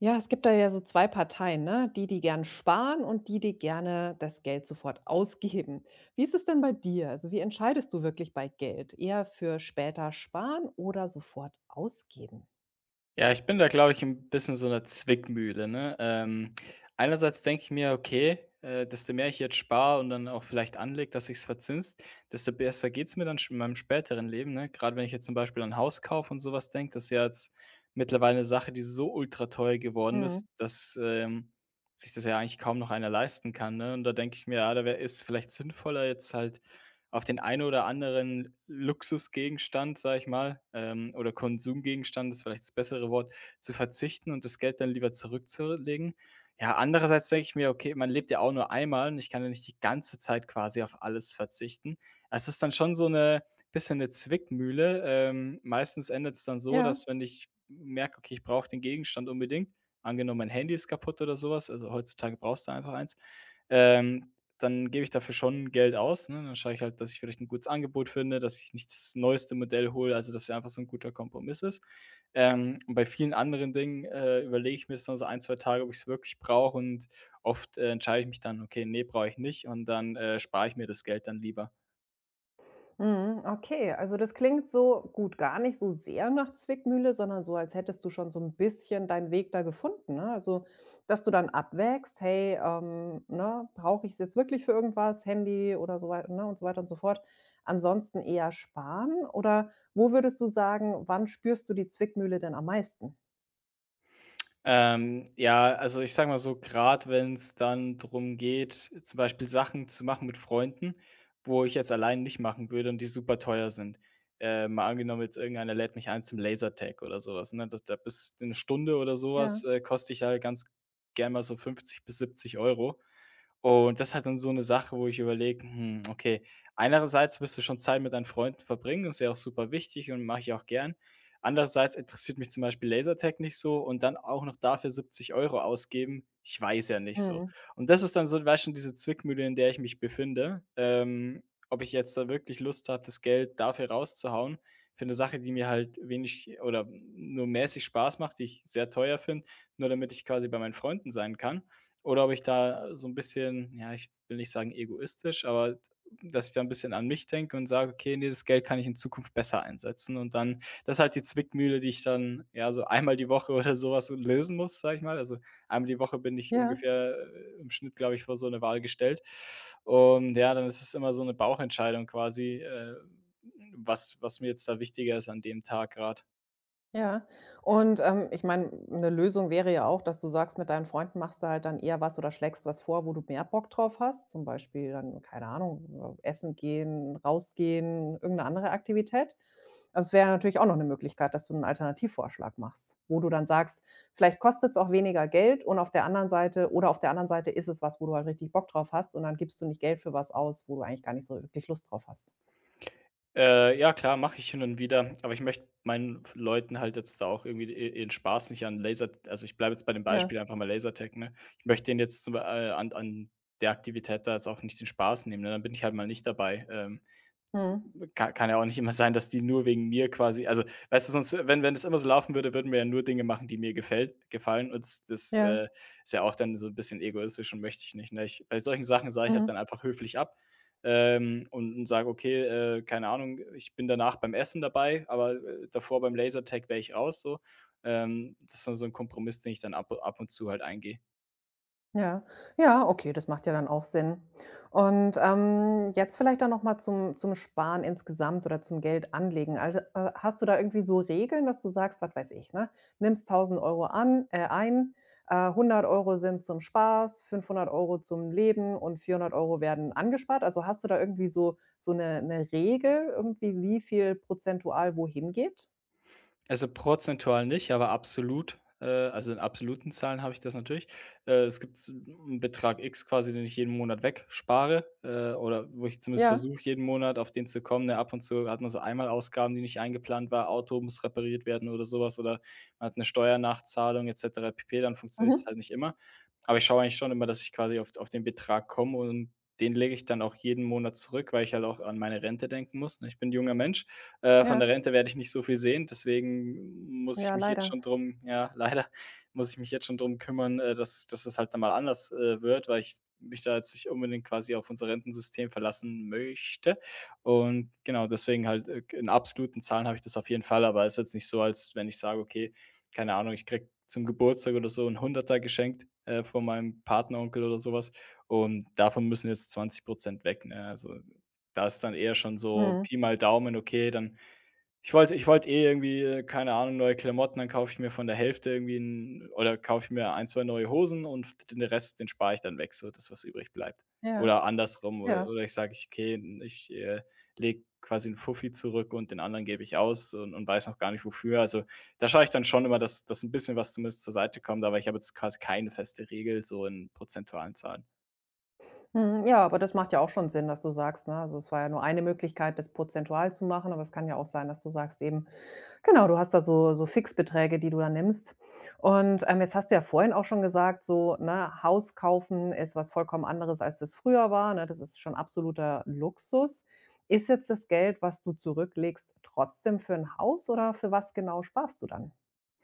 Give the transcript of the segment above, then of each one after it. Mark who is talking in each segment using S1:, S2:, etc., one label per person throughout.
S1: Ja, es gibt da ja so 2 Parteien, ne? Die, die gern sparen und die, die gerne das Geld sofort ausgeben. Wie ist es denn bei dir? Also, wie entscheidest du wirklich bei Geld? Eher für später sparen oder sofort ausgeben?
S2: Ja, ich bin da, glaube ich, ein bisschen so 'ner Zwickmühle, ne? Einerseits denke ich mir: „Okay, desto mehr ich jetzt spare und dann auch vielleicht anlege, dass ich's verzinst, desto besser geht's mir dann sch in meinem späteren Leben", ne? Grade wenn ich jetzt zum Beispiel an Hauskauf und sowas denke, das ist ja jetzt mittlerweile eine Sache, die so ultra teuer geworden
S1: Mhm.
S2: ist, dass sich das ja eigentlich kaum noch einer leisten kann, ne? Und da denke ich mir: „Ja, da wär ist vielleicht sinnvoller, jetzt halt auf den einen oder anderen Luxusgegenstand, sage ich mal, oder Konsumgegenstand ist vielleicht das bessere Wort, zu verzichten und das Geld dann lieber zurückzulegen. Ja, andererseits denke ich mir, okay, man lebt ja auch nur einmal und ich kann ja nicht die ganze Zeit quasi auf alles verzichten. Es ist dann schon so eine bisschen eine Zwickmühle. Meistens endet es dann so,
S1: Ja.
S2: dass, wenn ich merke, okay, ich brauche den Gegenstand unbedingt, angenommen, mein Handy ist kaputt oder sowas, also heutzutage brauchst du einfach eins. Ähm, dann gebe ich dafür schon Geld aus, ne? Dann schaue ich halt, dass ich vielleicht ein gutes Angebot finde, dass ich nicht das neueste Modell hole, also, dass es einfach so ein guter Kompromiss ist. Und bei vielen anderen Dingen überlege ich mir jetzt noch so ein, 2 Tage, ob ich es wirklich brauche, und oft entscheide ich mich dann: „Okay, nee, brauche ich nicht", und dann spare ich mir das Geld dann lieber.
S1: Mhm, okay, also das klingt so gut, gar nicht so sehr nach Zwickmühle, sondern so, als hättest du schon so ein bisschen deinen Weg da gefunden, ne? Also, dass du dann abwägst: „Hey, ne, brauche ich's jetzt wirklich für irgendwas, Handy oder so weiter, ne, und so weiter und so fort. Ansonsten eher sparen?“ Oder wo würdest du sagen, wann spürst du die Zwickmühle denn am meisten?
S2: Ja, also ich sage mal so, gerade wenn es dann drum geht, zum Beispiel Sachen zu machen mit Freunden, wo ich jetzt allein nicht machen würde und die super teuer sind. Mal angenommen, jetzt irgendeiner lädt mich ein zum Lasertag oder sowas, ne? Da bis eine Stunde oder
S1: Ja.
S2: sowas koste ich halt ganz gerne mal so 50 bis 70 Euro. Und das ist halt dann so eine Sache, wo ich überlege, okay, einerseits willst du schon Zeit mit deinen Freunden verbringen, ist ja auch super wichtig und mache ich auch gern. Andererseits interessiert mich zum Beispiel Lasertag nicht so, und dann auch noch dafür 70 Euro ausgeben, ich weiß ja nicht so.
S1: Mhm,
S2: Und das ist dann so, weißt du, schon, diese Zwickmühle, in der ich mich befinde. Ob ich jetzt da wirklich Lust habe, das Geld dafür rauszuhauen für eine Sache, die mir halt wenig oder nur mäßig Spaß macht, die ich sehr teuer finde, nur damit ich quasi bei meinen Freunden sein kann. Oder ob ich da so ein bisschen, ja, ich will nicht sagen egoistisch, aber dass ich da ein bisschen an mich denke und sage: „Okay, ne, das Geld kann ich in Zukunft besser einsetzen." Und dann, das ist halt die Zwickmühle, die ich dann, ja, so einmal die Woche oder sowas so lösen muss, sage ich mal. Also, einmal die Woche bin ich
S1: ja.
S2: ungefähr im Schnitt, glaube ich, vor so eine Wahl gestellt. Und ja, dann ist es immer so eine Bauchentscheidung quasi, was mir jetzt da wichtiger ist an dem Tag gerade.
S1: Ja. Und, ich meine, eine Lösung wäre ja auch, dass du sagst, mit deinen Freunden machst du halt dann eher was oder schlägst was vor, wo du mehr Bock drauf hast, zum Beispiel dann, keine Ahnung, essen gehen, rausgehen, irgendeine andere Aktivität. Also, es wäre natürlich auch noch eine Möglichkeit, dass du einen Alternativvorschlag machst, wo du dann sagst: „Vielleicht kostet es auch weniger Geld und auf der anderen Seite oder auf der anderen Seite ist es was, wo du halt richtig Bock drauf hast und dann gibst du nicht Geld für was aus, wo du eigentlich gar nicht so wirklich Lust drauf hast.“
S2: Ja klar, mache ich hin und wieder, aber ich möchte meinen Leuten halt jetzt da auch irgendwie i ihren Spaß nicht an Laser also, ich bleibe jetzt bei dem
S1: Ja.
S2: Beispiel einfach mal Lasertag, ne? Ich möchte denen jetzt an der Aktivität da jetzt auch nicht den Spaß nehmen, ne? Dann bin ich halt mal nicht dabei. Ähm,
S1: Mhm.
S2: kann kann ja auch nicht immer sein, dass die nur wegen mir quasi, also, weißt du, sonst, wenn das immer so laufen würde, würden wir ja nur Dinge machen, die mir gefällt gefallen, und das
S1: Ja.
S2: ist ja auch dann so ein bisschen egoistisch und möchte ich nicht, ne? Ich, bei solchen Sachen sage ich halt dann
S1: Mhm.
S2: einfach höflich ab, und sage: „Okay, keine Ahnung, ich bin danach beim Essen dabei, aber davor beim Lasertag wäre ich raus", so. Das ist dann so ein Kompromiss, den ich dann ab und zu halt eingehe.
S1: Ja. Ja, okay, das macht ja dann auch Sinn. Und, jetzt vielleicht dann noch mal zum Sparen insgesamt oder zum Geldanlegen. Also, hast du da irgendwie so Regeln, dass du sagst, was weiß ich, ne, nimmst 1000 Euro an ein, 100 € sind zum Spaß, 500 Euro zum Leben und 400 Euro werden angespart? Also, hast du da irgendwie so eine Regel irgendwie, wie viel prozentual wohin geht?
S2: Also, prozentual nicht, aber absolut also in absoluten Zahlen habe ich das natürlich. Es gibt einen Betrag X quasi, den ich jeden Monat wegspare, oder wo ich zumindest
S1: Ja.
S2: versuche, jeden Monat auf den zu kommen, ne? Ab und zu hat man so einmal Ausgaben, die nicht eingeplant war, Auto muss repariert werden oder sowas, oder man hat eine Steuernachzahlung et cetera pp., dann
S1: Mhm.
S2: funktioniert's halt nicht immer. Aber ich schaue eigentlich schon immer, dass ich quasi auf den Betrag komme, und den lege ich dann auch jeden Monat zurück, weil ich halt auch an meine Rente denken muss, ne? Ich bin ein junger Mensch, von der
S1: Ja.
S2: Rente werde ich nicht so viel sehen, deswegen muss ich
S1: Ja,
S2: mich jetzt
S1: leider.
S2: schon drum, ja, leider muss ich mich jetzt schon drum kümmern, dass das halt dann mal anders wird, weil ich mich da jetzt nicht unbedingt quasi auf unser Rentensystem verlassen möchte. Und genau, deswegen halt in absoluten Zahlen habe ich das auf jeden Fall, aber es ist jetzt nicht so, als wenn ich sage: „Okay, keine Ahnung, ich krieg zum Geburtstag oder so ein Hunderter geschenkt, von meinem Partneronkel oder sowas, und davon müssen jetzt 20 weg", ne? Also, da ist dann eher schon so
S1: Mhm.
S2: Pi mal Daumen, okay, dann ich wollte eh irgendwie, keine Ahnung, neue Klamotten, dann kaufe ich mir von der Hälfte irgendwie 'n oder kaufe ich mir ein, 2 neue Hosen, und den Rest, den spare ich dann weg, so das, was übrig bleibt.
S1: Ja.
S2: Oder andersrum,
S1: Ja.
S2: oder ich sage, ich, okay, ich lege quasi 'n Fuffi zurück und den anderen gebe ich aus und weiß noch gar nicht wofür. Also, da schaue ich dann schon immer, dass 'n bisschen was zumindest zur Seite kommt, aber ich habe jetzt quasi keine feste Regel so in prozentualen Zahlen.
S1: Mhm, ja, aber das macht ja auch schon Sinn, dass du sagst, ne? Also, es war ja nur eine Möglichkeit, das prozentual zu machen, aber es kann ja auch sein, dass du sagst eben genau, du hast da so so Fixbeträge, die du da nimmst. Und, jetzt hast du ja vorhin auch schon gesagt, so, ne, Haus kaufen ist was vollkommen anderes, als das früher war, ne? Das ist schon absoluter Luxus. Ist jetzt das Geld, was du zurücklegst, trotzdem für ein Haus oder für was genau sparst du dann?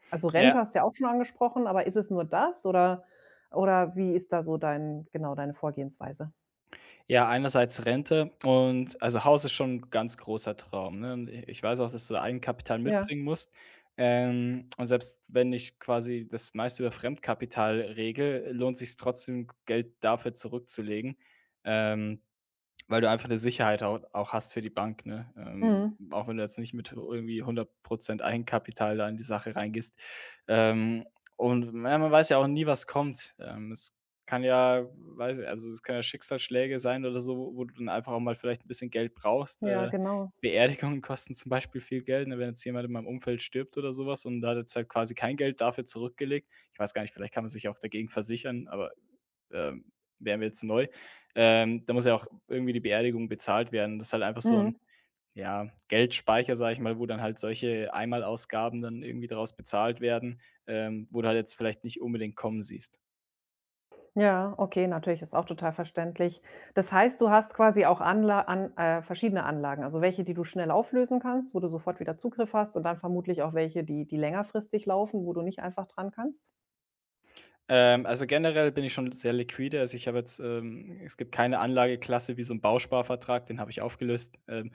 S1: Also, Rente
S2: Ja.
S1: hast du ja auch schon angesprochen, aber ist es nur das oder wie ist da so dein genau, deine Vorgehensweise?
S2: Ja, einerseits Rente, und, also, Haus ist schon 'n ganz großer Traum, ne? Und i ich weiß auch, dass du da Eigenkapital
S1: Ja,
S2: mitbringen musst. Und selbst wenn ich quasi das meiste über Fremdkapital regel, lohnt sich's trotzdem, Geld dafür zurückzulegen. Ähm, weil du einfach eine Sicherheit au auch hast für die Bank, ne? Ähm,
S1: mhm.
S2: auch wenn du jetzt nicht mit irgendwie 100 Eigenkapital da in die Sache reingehst. Ähm, und ja, man weiß ja auch nie, was kommt. Es kann, ja, weiß ich, also, es können ja Schicksalsschläge sein oder so, wo du dann einfach auch mal vielleicht ein bisschen Geld brauchst.
S1: Ja,
S2: Äh,
S1: genau.
S2: Beerdigungen kosten zum Beispiel viel Geld, ne? Wenn jetzt jemand in meinem Umfeld stirbt oder sowas und da hat jetzt halt quasi kein Geld dafür zurückgelegt. Ich weiß gar nicht, vielleicht kann man sich auch dagegen versichern, aber ähm, wären wir jetzt neu. Da muss ja auch irgendwie die Beerdigung bezahlt werden. Das ist halt einfach so ein,
S1: Mhm.
S2: ja, Geldspeicher, sage ich mal, wo dann halt solche Einmalausgaben dann irgendwie daraus bezahlt werden, wo du halt jetzt vielleicht nicht unbedingt kommen siehst.
S1: Ja, okay, natürlich, ist auch total verständlich. Das heißt, du hast quasi auch Anla an verschiedene Anlagen, also welche, die du schnell auflösen kannst, wo du sofort wieder Zugriff hast und dann vermutlich auch welche, die längerfristig laufen, wo du nicht einfach dran kannst?
S2: Also, generell bin ich schon sehr liquide. Also, ich habe jetzt es gibt keine Anlageklasse wie so ein Bausparvertrag, den habe ich aufgelöst. Ähm,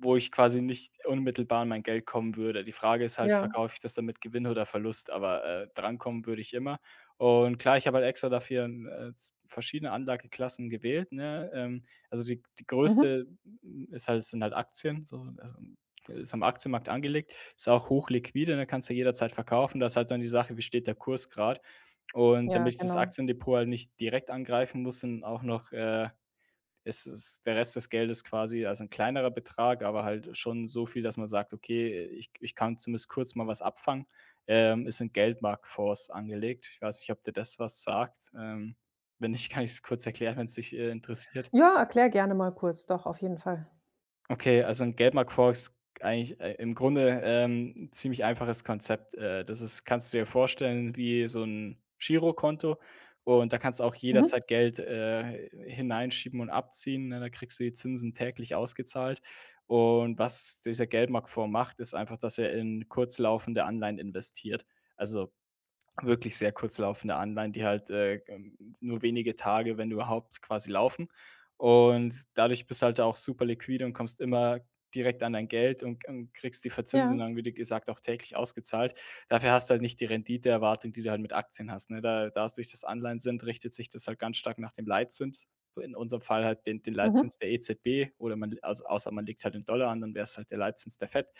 S2: Wo ich quasi nicht unmittelbar an mein Geld kommen würde. Die Frage ist halt,
S1: Ja.
S2: verkaufe ich das dann mit Gewinn oder Verlust, aber drankommen würde ich immer. Und klar, ich habe halt extra dafür z verschiedene Anlageklassen gewählt, ne? Also die
S1: Mhm.
S2: größte, ist halt sind halt Aktien, so, also ist am Aktienmarkt angelegt, ist auch hochliquide, ne, kannst du jederzeit verkaufen. Da ist halt dann die Sache, wie steht der Kurs gerade. Und
S1: Ja,
S2: damit ich das
S1: genau.
S2: Aktiendepot halt nicht direkt angreifen muss, ist es der Rest des Geldes quasi, also ein kleinerer Betrag, aber halt schon so viel, dass man sagt: „Okay, ich kann zumindest kurz mal was abfangen", ist in Geldmarktfonds angelegt. Ich weiß nicht, ob dir das was sagt? Wenn nicht, kann ich es kurz erklären, wenn's dich interessiert.
S1: Ja, erklär gerne mal kurz, doch, auf jeden Fall.
S2: Okay, also ein gelber Quark ist eigentlich im Grunde ein ziemlich einfaches Konzept. Das ist Kannst du dir vorstellen wie so 'n Girokonto, und da kannst du auch
S1: Mhm.
S2: jederzeit Geld hineinschieben und abziehen, ne? Da kriegst du die Zinsen täglich ausgezahlt. Und was dieser Geldmarkt vormacht, ist einfach, dass er in kurzlaufende Anleihen investiert. Also wirklich sehr kurz laufende Anleihen, die halt nur wenige Tage, wenn überhaupt, quasi laufen. Und dadurch bist du halt auch super liquide und kommst immer direkt an dein Geld und kriegst die Verzinsung
S1: Ja.
S2: dann, wie du gesagt, auch täglich ausgezahlt. Dafür hast du halt nicht die Renditeerwartung, die du halt mit Aktien hast, ne? Da es durch das Anleihen sind, richtet sich das halt ganz stark nach dem Leitzins. In unserem Fall halt den
S1: Mhm.
S2: Leitzins der EZB oder man also, außer man legt halt den Dollar an, dann wäre es halt der Leitzins der FED.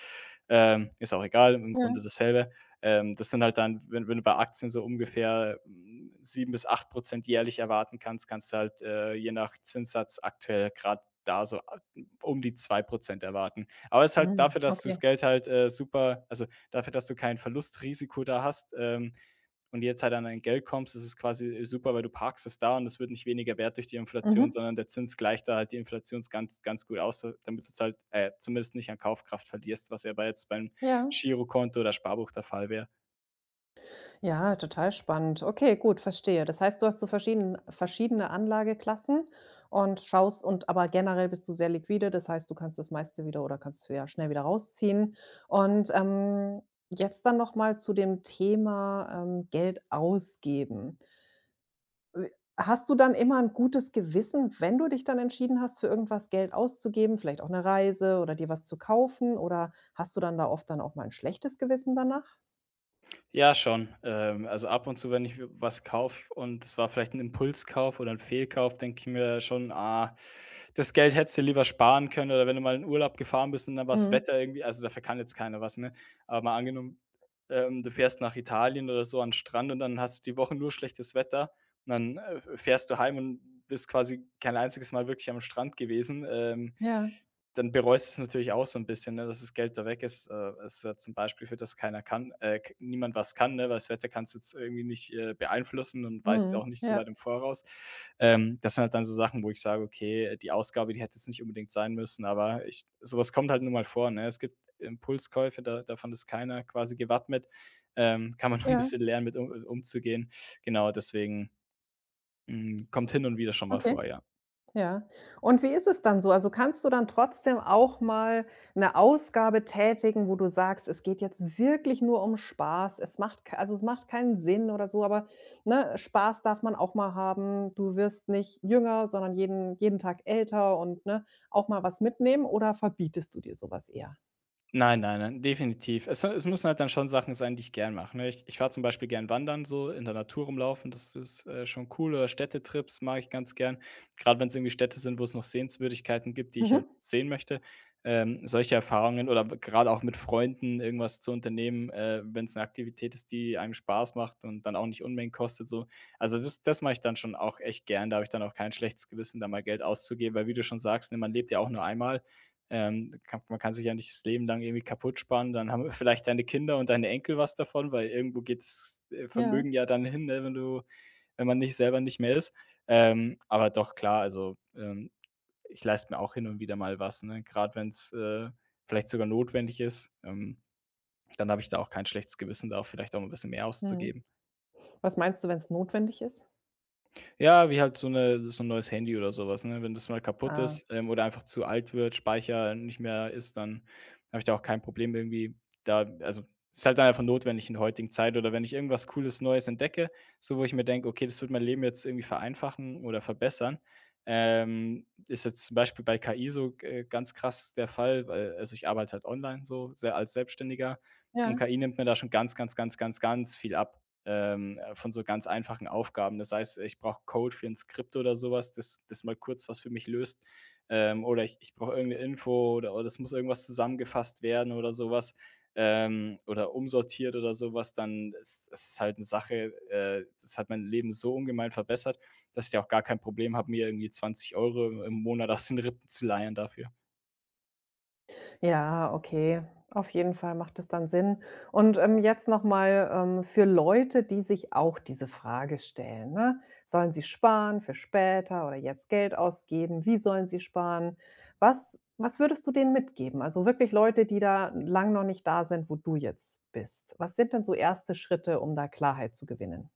S2: Ist auch egal, im Grunde
S1: Ja.
S2: dasselbe. Das sind halt dann, wenn du bei Aktien so ungefähr 7 bis 8% jährlich erwarten kannst, kannst du halt, je nach Zinssatz aktuell gerade da so um die 2% erwarten. Aber es ist halt
S1: Mhm.
S2: dafür, dass du das
S1: Okay.
S2: Geld halt, super also, dafür, dass du kein Verlustrisiko da hast, und jetzt halt an dein Geld kommst, ist es quasi super, weil du parkst es da und es wird nicht weniger wert durch die Inflation,
S1: Mhm.
S2: sondern der Zins gleicht da halt die Inflations ganz ganz gut aus, da damit du's halt, zumindest nicht an Kaufkraft verlierst, was ja bei jetzt beim
S1: Ja.
S2: Girokonto oder Sparbuch der Fall wäre.
S1: Ja, total spannend. Okay, gut, verstehe. Das heißt, du hast so verschiedene Anlageklassen und schaust und aber generell bist du sehr liquide. Das heißt, du kannst das meiste wieder oder kannst du ja schnell wieder rausziehen. Und jetzt dann noch mal zu dem Thema Geld ausgeben. Äh, Hast du dann immer ein gutes Gewissen, wenn du dich dann entschieden hast, für irgendwas Geld auszugeben, vielleicht auch eine Reise oder dir was zu kaufen? Oder hast du dann da oft dann auch mal ein schlechtes Gewissen danach?
S2: Ja, schon. Also ab und zu, wenn ich was kaufe und es war vielleicht ein Impulskauf oder ein Fehlkauf, denke ich mir schon: „Ah, das Geld hättest dir lieber sparen können.“ Oder wenn du mal in Urlaub gefahren bist und dann war's
S1: Mhm.
S2: Wetter irgendwie also dafür kann jetzt keiner was, ne? Aber mal angenommen, du fährst nach Italien oder so an 'n Strand und dann hast du die Woche nur schlechtes Wetter und dann, fährst du heim und bist quasi kein einziges Mal wirklich am Strand gewesen.
S1: Ja,
S2: Dann bereust du es natürlich auch so ein bisschen, ne, dass das Geld da weg ist. Ist jetzt 'n Beispiel für das keiner kann k niemand was kann, ne, weil das Wetter kannst du jetzt irgendwie nicht, beeinflussen und weißt auch
S1: mhm.
S2: nicht so
S1: Ja.
S2: weit im Voraus. Das sind halt dann so Sachen, wo ich sage: „Okay, die Ausgabe, die hätte jetzt nicht unbedingt sein müssen“, aber ich so kommt halt nur mal vor, ne? Es gibt Impulskäufe, da davon ist keiner quasi gewappnet. Kann man nur ein
S1: Ja,
S2: bisschen lernen, mit um umzugehen. Genau, deswegen, hm, kommt hin und wieder schon mal
S1: okay,
S2: vor, ja.
S1: ja. Und wie ist es dann so? Also, kannst du dann trotzdem auch mal eine Ausgabe tätigen, wo du sagst: „Es geht jetzt wirklich nur um Spaß. Es macht k also, es macht keinen Sinn oder so, aber, ne, Spaß darf man auch mal haben. Du wirst nicht jünger, sondern jeden Tag älter und, ne, auch mal was mitnehmen“, oder verbietest du dir sowas eher?
S2: Nein, nein, nein, definitiv. Es müssen halt dann schon Sachen sein, die ich gern mache, ne? Ich fahre zum Beispiel gern wandern so, in der Natur rumlaufen, das ist, schon cool oder Städtetrips mag ich ganz gern. Gerade wenn es irgendwie Städte sind, wo es noch Sehenswürdigkeiten gibt, die ich halt
S1: Mhm.
S2: sehen möchte. Solche Erfahrungen oder gerade auch mit Freunden irgendwas zu unternehmen, wenn es eine Aktivität ist, die einem Spaß macht und dann auch nicht Unmengen kostet so. Also, das mache ich dann schon auch echt gern. Da habe ich dann auch kein schlechtes Gewissen, da mal Geld auszugeben, weil wie du schon sagst, ne, man lebt ja auch nur einmal. Kann man kann sich ja nicht das Leben lang irgendwie kaputt sparen, dann haben vielleicht deine Kinder und deine Enkel was davon, weil irgendwo geht das,
S1: Ja.
S2: Vermögen ja dann hin, ne, wenn du wenn man nicht selber nicht mehr ist. Aber doch klar, also, ich leiste mir auch hin und wieder mal was, ne? Gerade wenn es vielleicht sogar notwendig ist, dann habe ich da auch kein schlechtes Gewissen, da auch vielleicht auch mal 'n bisschen mehr
S1: Mhm.
S2: auszugeben.
S1: Was meinst du, wenn es notwendig ist?
S2: Ja, wie halt 'n neues Handy oder sowas ne? Wenn das mal kaputt
S1: Ah,
S2: ist, oder einfach zu alt wird, Speicher nicht mehr ist, dann habe ich da auch kein Problem irgendwie da also, ist halt dann einfach notwendig in der heutigen Zeit oder wenn ich irgendwas Cooles Neues entdecke, so wo ich mir denke: „Okay, das wird mein Leben jetzt irgendwie vereinfachen oder verbessern.“ ist jetzt zum Beispiel bei KI so, ganz krass der Fall, weil also, ich arbeite halt online so, sehr als Selbstständiger und
S1: ja.
S2: KI nimmt mir da schon ganz, ganz, ganz, ganz, ganz viel ab von so ganz einfachen Aufgaben. Das heißt, ich brauche Code für ein Skript oder sowas, das mal kurz was für mich löst, oder ich brauche irgend 'ne Info oder es muss irgendwas zusammengefasst werden oder sowas oder umsortiert oder sowas. Dann ist es halt eine Sache, das hat mein Leben so ungemein verbessert, dass ich da auch gar kein Problem habe, mir irgendwie 20 Euro im Monat aus den Rippen zu leihen dafür.
S1: Ja, okay. Auf jeden Fall macht das dann Sinn. Und, jetzt noch mal, für Leute, die sich auch diese Frage stellen, ne? Sollen sie sparen für später oder jetzt Geld ausgeben? Wie sollen sie sparen? Was würdest du denen mitgeben? Also, wirklich Leute, die da lang noch nicht da sind, wo du jetzt bist. Was sind denn so erste Schritte, um da Klarheit zu gewinnen?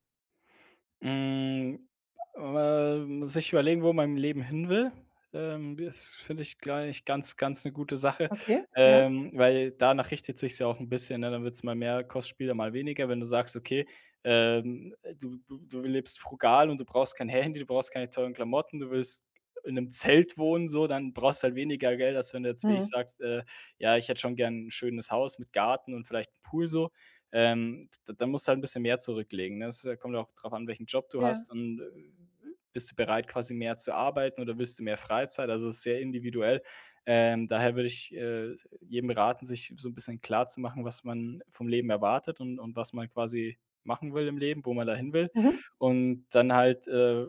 S2: Hm, ähm, sich überlegen, wo man im Leben hin will, das finde ich gleich ganz ganz eine gute Sache,
S1: Okay, ja.
S2: weil danach richtet sich ja auch ein bisschen, ne? Dann wird es mal mehr Kostspieler, mal weniger. Wenn du sagst, okay, du lebst frugal und du brauchst kein Handy, du brauchst keine teuren Klamotten, du willst in einem Zelt wohnen so, dann brauchst du halt weniger Geld, als wenn du jetzt wie ich
S1: Mhm.
S2: sagst, „Ja, ich hätte schon gern ein schönes Haus mit Garten und vielleicht 'n Pool“ so dann musst du halt ein bisschen mehr zurücklegen, ne? Es kommt ja auch drauf an, welchen Job du
S1: Ja.
S2: hast und, bist du bereit, quasi mehr zu arbeiten oder willst du mehr Freizeit? Also, es ist sehr individuell. Daher würde ich, jedem raten, sich so ein bisschen klar zu machen was man vom Leben erwartet und was man quasi machen will im Leben, wo man dahin will.
S1: Mhm.
S2: Und dann halt,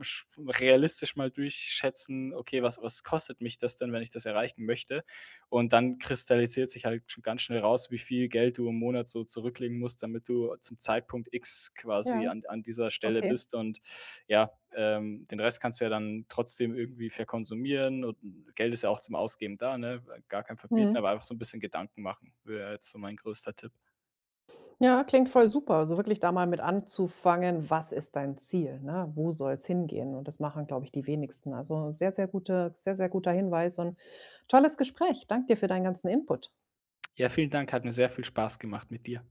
S2: sch realistisch mal durchschätzen: „Okay, was kostet mich das denn, wenn ich das erreichen möchte?“ Und dann kristallisiert sich halt schon ganz schnell raus, wie viel Geld du im Monat so zurücklegen musst, damit du zum Zeitpunkt X quasi
S1: Ja,
S2: an, an dieser Stelle
S1: okay.
S2: bist. Und ja, den Rest kannst du ja dann trotzdem irgendwie verkonsumieren. Und Geld ist ja auch zum Ausgeben da, ne? Gar kein Verbieten,
S1: Mhm.
S2: aber einfach so ein bisschen Gedanken machen, wäre jetzt so mein größter Tipp.
S1: Ja, klingt voll super. So wirklich da mal mit anzufangen, was ist dein Ziel, ne? Wo soll's hingehen? Und das machen, glaube ich, die wenigsten. Also, sehr, sehr guter Hinweis und tolles Gespräch. Dank dir für deinen ganzen Input.
S2: Ja, vielen Dank, hat mir sehr viel Spaß gemacht mit dir.